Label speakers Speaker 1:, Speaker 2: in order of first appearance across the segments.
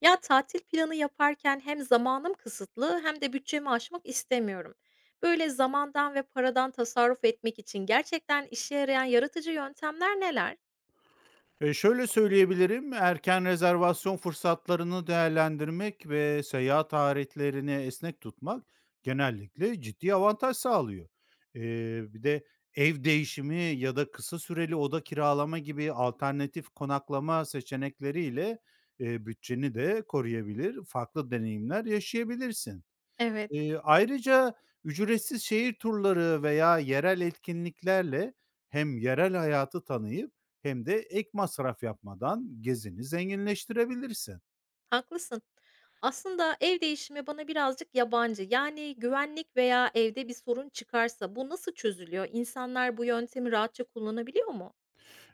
Speaker 1: Ya, tatil planı yaparken hem zamanım kısıtlı hem de bütçemi aşmak istemiyorum. Böyle zamandan ve paradan tasarruf etmek için gerçekten işe yarayan yaratıcı yöntemler neler?
Speaker 2: Şöyle söyleyebilirim, erken rezervasyon fırsatlarını değerlendirmek ve seyahat tarihlerini esnek tutmak genellikle ciddi avantaj sağlıyor. Bir de ev değişimi ya da kısa süreli oda kiralama gibi alternatif konaklama seçenekleriyle, bütçeni de koruyabilir, farklı deneyimler yaşayabilirsin.
Speaker 1: Evet.
Speaker 2: Ayrıca ücretsiz şehir turları veya yerel etkinliklerle hem yerel hayatı tanıyıp hem de ek masraf yapmadan gezini zenginleştirebilirsin.
Speaker 1: Haklısın. Aslında ev değişimi bana birazcık yabancı. Yani güvenlik veya evde bir sorun çıkarsa bu nasıl çözülüyor? İnsanlar bu yöntemi rahatça kullanabiliyor mu?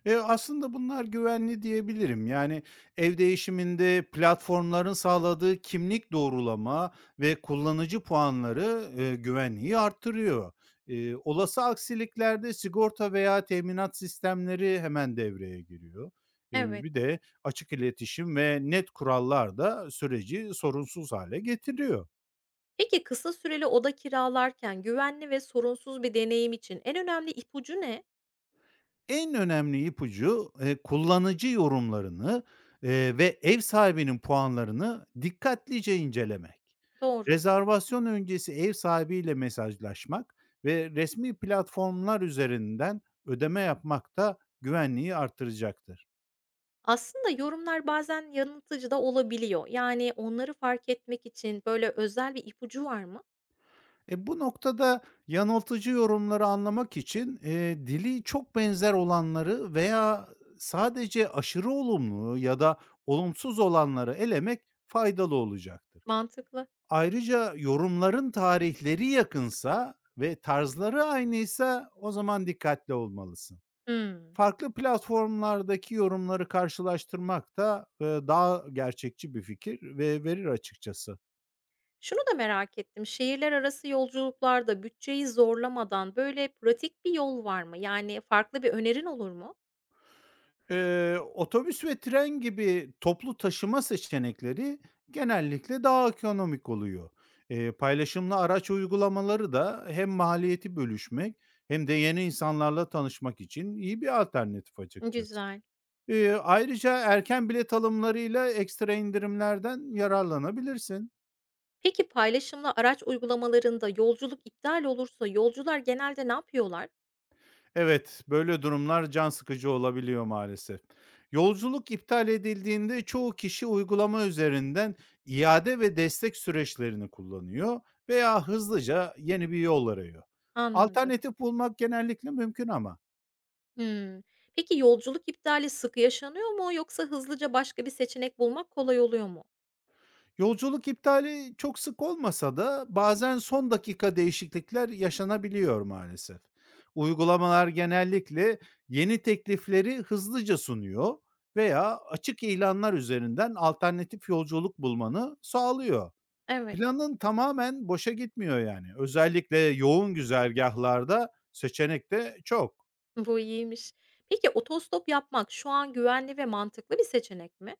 Speaker 2: Aslında bunlar güvenli diyebilirim. Yani ev değişiminde platformların sağladığı kimlik doğrulama ve kullanıcı puanları, güvenliği arttırıyor. Olası aksiliklerde sigorta veya teminat sistemleri hemen devreye giriyor.
Speaker 1: Evet.
Speaker 2: Bir de açık iletişim ve net kurallar da süreci sorunsuz hale getiriyor.
Speaker 1: Peki kısa süreli oda kiralarken güvenli ve sorunsuz bir deneyim için en önemli ipucu ne?
Speaker 2: En önemli ipucu, kullanıcı yorumlarını, ve ev sahibinin puanlarını dikkatlice incelemek.
Speaker 1: Doğru.
Speaker 2: Rezervasyon öncesi ev sahibiyle mesajlaşmak ve resmi platformlar üzerinden ödeme yapmak da güvenliği artıracaktır.
Speaker 1: Aslında yorumlar bazen yanıltıcı da olabiliyor. Yani, onları fark etmek için, böyle, özel bir ipucu var mı?
Speaker 2: Bu noktada yanıltıcı yorumları anlamak için, dili çok benzer olanları veya sadece aşırı olumlu ya da olumsuz olanları elemek faydalı olacaktır.
Speaker 1: Mantıklı.
Speaker 2: Ayrıca yorumların tarihleri yakınsa ve tarzları aynıysa o zaman dikkatli olmalısın.
Speaker 1: Hımm.
Speaker 2: Farklı platformlardaki yorumları karşılaştırmak da, daha gerçekçi bir fikir ve verir açıkçası.
Speaker 1: Şunu da merak ettim, şehirler arası yolculuklarda bütçeyi zorlamadan, böyle, pratik bir yol var mı? Yani, farklı bir önerin olur mu?
Speaker 2: Otobüs ve tren gibi toplu taşıma seçenekleri genellikle daha ekonomik oluyor. Paylaşımlı araç uygulamaları da hem maliyeti bölüşmek hem de yeni insanlarla tanışmak için iyi bir alternatif açıkçası.
Speaker 1: Güzel.
Speaker 2: Ayrıca erken bilet alımlarıyla ekstra indirimlerden yararlanabilirsin.
Speaker 1: Peki, paylaşımlı araç uygulamalarında yolculuk iptal olursa yolcular genelde ne yapıyorlar?
Speaker 2: Evet, böyle durumlar can sıkıcı olabiliyor maalesef. Yolculuk iptal edildiğinde çoğu kişi uygulama üzerinden iade ve destek süreçlerini kullanıyor veya hızlıca yeni bir yol arıyor.
Speaker 1: Anladım.
Speaker 2: Alternatif bulmak genellikle mümkün ama.
Speaker 1: Hımm. Peki, yolculuk iptali sık yaşanıyor mu yoksa hızlıca başka bir seçenek bulmak kolay oluyor mu?
Speaker 2: Yolculuk iptali çok sık olmasa da bazen son dakika değişiklikler yaşanabiliyor maalesef. Uygulamalar genellikle yeni teklifleri hızlıca sunuyor veya açık ilanlar üzerinden alternatif yolculuk bulmanı sağlıyor.
Speaker 1: Evet.
Speaker 2: Planın tamamen boşa gitmiyor yani. Özellikle yoğun güzergahlarda seçenek de çok.
Speaker 1: Bu iyiymiş. Peki otostop yapmak şu an güvenli ve mantıklı bir seçenek mi?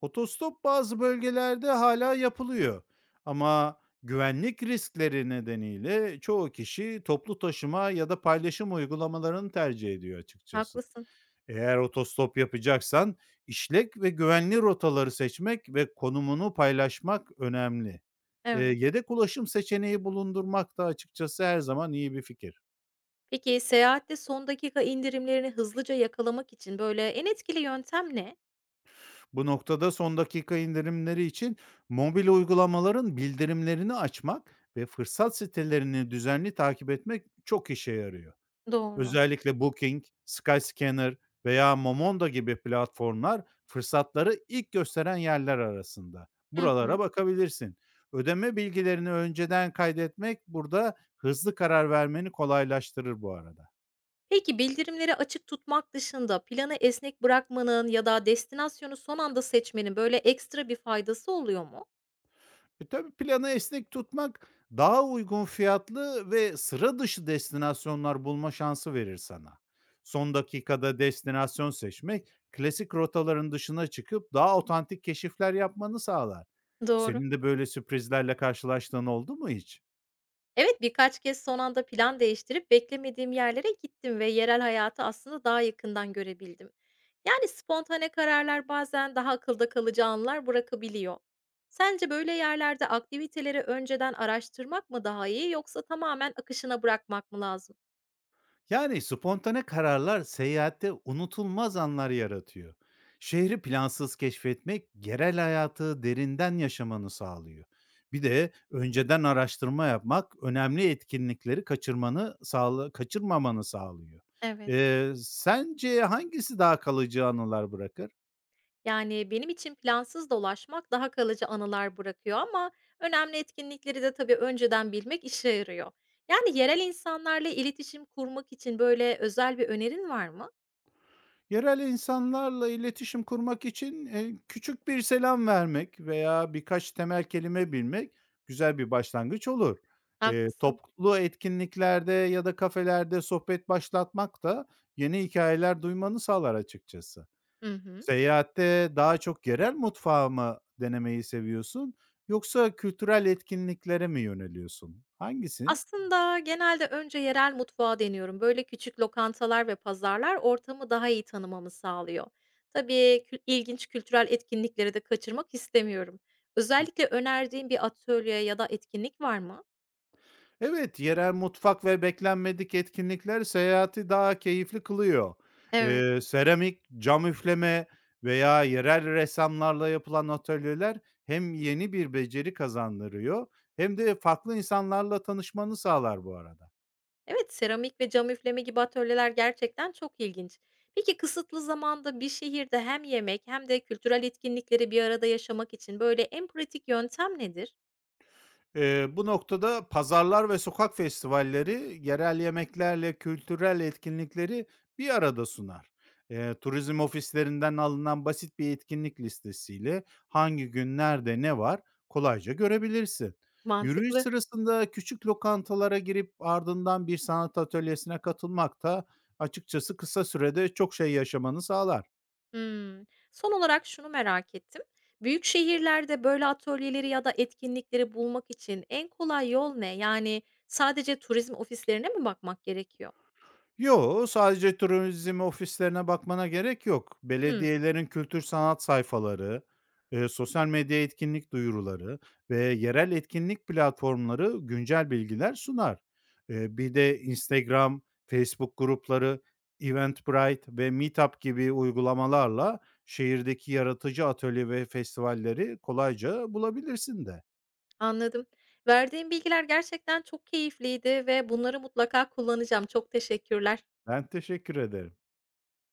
Speaker 2: Otostop bazı bölgelerde hala yapılıyor ama güvenlik riskleri nedeniyle çoğu kişi toplu taşıma ya da paylaşım uygulamalarını tercih ediyor açıkçası.
Speaker 1: Haklısın.
Speaker 2: Eğer otostop yapacaksan işlek ve güvenli rotaları seçmek ve konumunu paylaşmak önemli.
Speaker 1: Evet.
Speaker 2: Yedek ulaşım seçeneği bulundurmak da açıkçası her zaman iyi bir fikir.
Speaker 1: Peki seyahatte son dakika indirimlerini hızlıca yakalamak için böyle en etkili yöntem ne?
Speaker 2: Bu noktada son dakika indirimleri için mobil uygulamaların bildirimlerini açmak ve fırsat sitelerini düzenli takip etmek çok işe yarıyor.
Speaker 1: Doğru.
Speaker 2: Özellikle Booking, Skyscanner veya Momondo gibi platformlar fırsatları ilk gösteren yerler arasında.
Speaker 1: Hı
Speaker 2: Buralara
Speaker 1: hı.
Speaker 2: bakabilirsin. Ödeme bilgilerini önceden kaydetmek burada hızlı karar vermeni kolaylaştırır bu arada.
Speaker 1: Peki bildirimleri açık tutmak dışında planı esnek bırakmanın ya da destinasyonu son anda seçmenin böyle ekstra bir faydası oluyor mu?
Speaker 2: Tabii planı esnek tutmak daha uygun fiyatlı ve sıra dışı destinasyonlar bulma şansı verir sana. Son dakikada destinasyon seçmek klasik rotaların dışına çıkıp daha otantik keşifler yapmanı sağlar.
Speaker 1: Doğru.
Speaker 2: Senin de böyle sürprizlerle karşılaştığın oldu mu hiç?
Speaker 1: Evet, birkaç kez son anda plan değiştirip beklemediğim yerlere gittim ve yerel hayatı aslında daha yakından görebildim. Yani spontane kararlar bazen daha akılda kalıcı anılar bırakabiliyor. Sence böyle yerlerde aktiviteleri önceden araştırmak mı daha iyi yoksa tamamen akışına bırakmak mı lazım?
Speaker 2: Yani, spontane kararlar seyahatte unutulmaz anlar yaratıyor. Şehri plansız keşfetmek yerel hayatı derinden yaşamanı sağlıyor. Bir de önceden araştırma yapmak önemli etkinlikleri kaçırmanı sağla kaçırmamanı sağlıyor.
Speaker 1: Evet.
Speaker 2: Sence hangisi daha kalıcı anılar bırakır?
Speaker 1: Yani benim için plansız dolaşmak daha kalıcı anılar bırakıyor ama önemli etkinlikleri de tabii önceden bilmek işe yarıyor. Yani yerel insanlarla iletişim kurmak için böyle özel bir önerin var mı?
Speaker 2: Yerel insanlarla iletişim kurmak için, küçük bir selam vermek veya birkaç temel kelime bilmek güzel bir başlangıç olur.
Speaker 1: Haklısın.
Speaker 2: Toplu etkinliklerde ya da kafelerde sohbet başlatmak da yeni hikayeler duymanı sağlar açıkçası.
Speaker 1: Hı hı.
Speaker 2: Seyahatte daha çok yerel mutfağı mı denemeyi seviyorsun yoksa kültürel etkinliklere mi yöneliyorsun? Hangisi?
Speaker 1: Aslında genelde önce yerel mutfağı deniyorum. Böyle küçük lokantalar ve pazarlar ortamı daha iyi tanımamı sağlıyor. Tabii ilginç kültürel etkinlikleri de kaçırmak istemiyorum. Özellikle önerdiğin bir atölye ya da etkinlik var mı?
Speaker 2: Evet, yerel mutfak ve beklenmedik etkinlikler seyahati daha keyifli kılıyor.
Speaker 1: Evet.
Speaker 2: Seramik, cam üfleme veya yerel ressamlarla yapılan atölyeler hem yeni bir beceri kazandırıyor hem de farklı insanlarla tanışmanı sağlar bu arada.
Speaker 1: Evet, seramik ve cam üfleme gibi atölyeler gerçekten çok ilginç. Peki kısıtlı zamanda bir şehirde hem yemek hem de kültürel etkinlikleri bir arada yaşamak için böyle en pratik yöntem nedir?
Speaker 2: Bu noktada pazarlar ve sokak festivalleri yerel yemeklerle kültürel etkinlikleri bir arada sunar. Turizm ofislerinden alınan basit bir etkinlik listesiyle hangi günlerde ne var kolayca görebilirsin. Yürüyüş
Speaker 1: Mantıklı.
Speaker 2: sırasında küçük lokantalara girip ardından bir sanat atölyesine katılmak da açıkçası kısa sürede çok şey yaşamanı sağlar.
Speaker 1: Hımm. Son olarak şunu merak ettim. Büyük şehirlerde böyle atölyeleri ya da etkinlikleri bulmak için en kolay yol ne? Yani sadece turizm ofislerine mi bakmak gerekiyor?
Speaker 2: Yo, sadece turizm ofislerine bakmana gerek yok.
Speaker 1: Hımm,
Speaker 2: Belediyelerin kültür sanat sayfaları, sosyal medya etkinlik duyuruları ve yerel etkinlik platformları güncel bilgiler sunar. Bir de Instagram, Facebook grupları, Eventbrite ve Meetup gibi uygulamalarla şehirdeki yaratıcı atölye ve festivalleri kolayca bulabilirsin de.
Speaker 1: anladım. Verdiğim bilgiler gerçekten çok keyifliydi ve bunları mutlaka kullanacağım. Çok teşekkürler.
Speaker 2: Ben teşekkür ederim.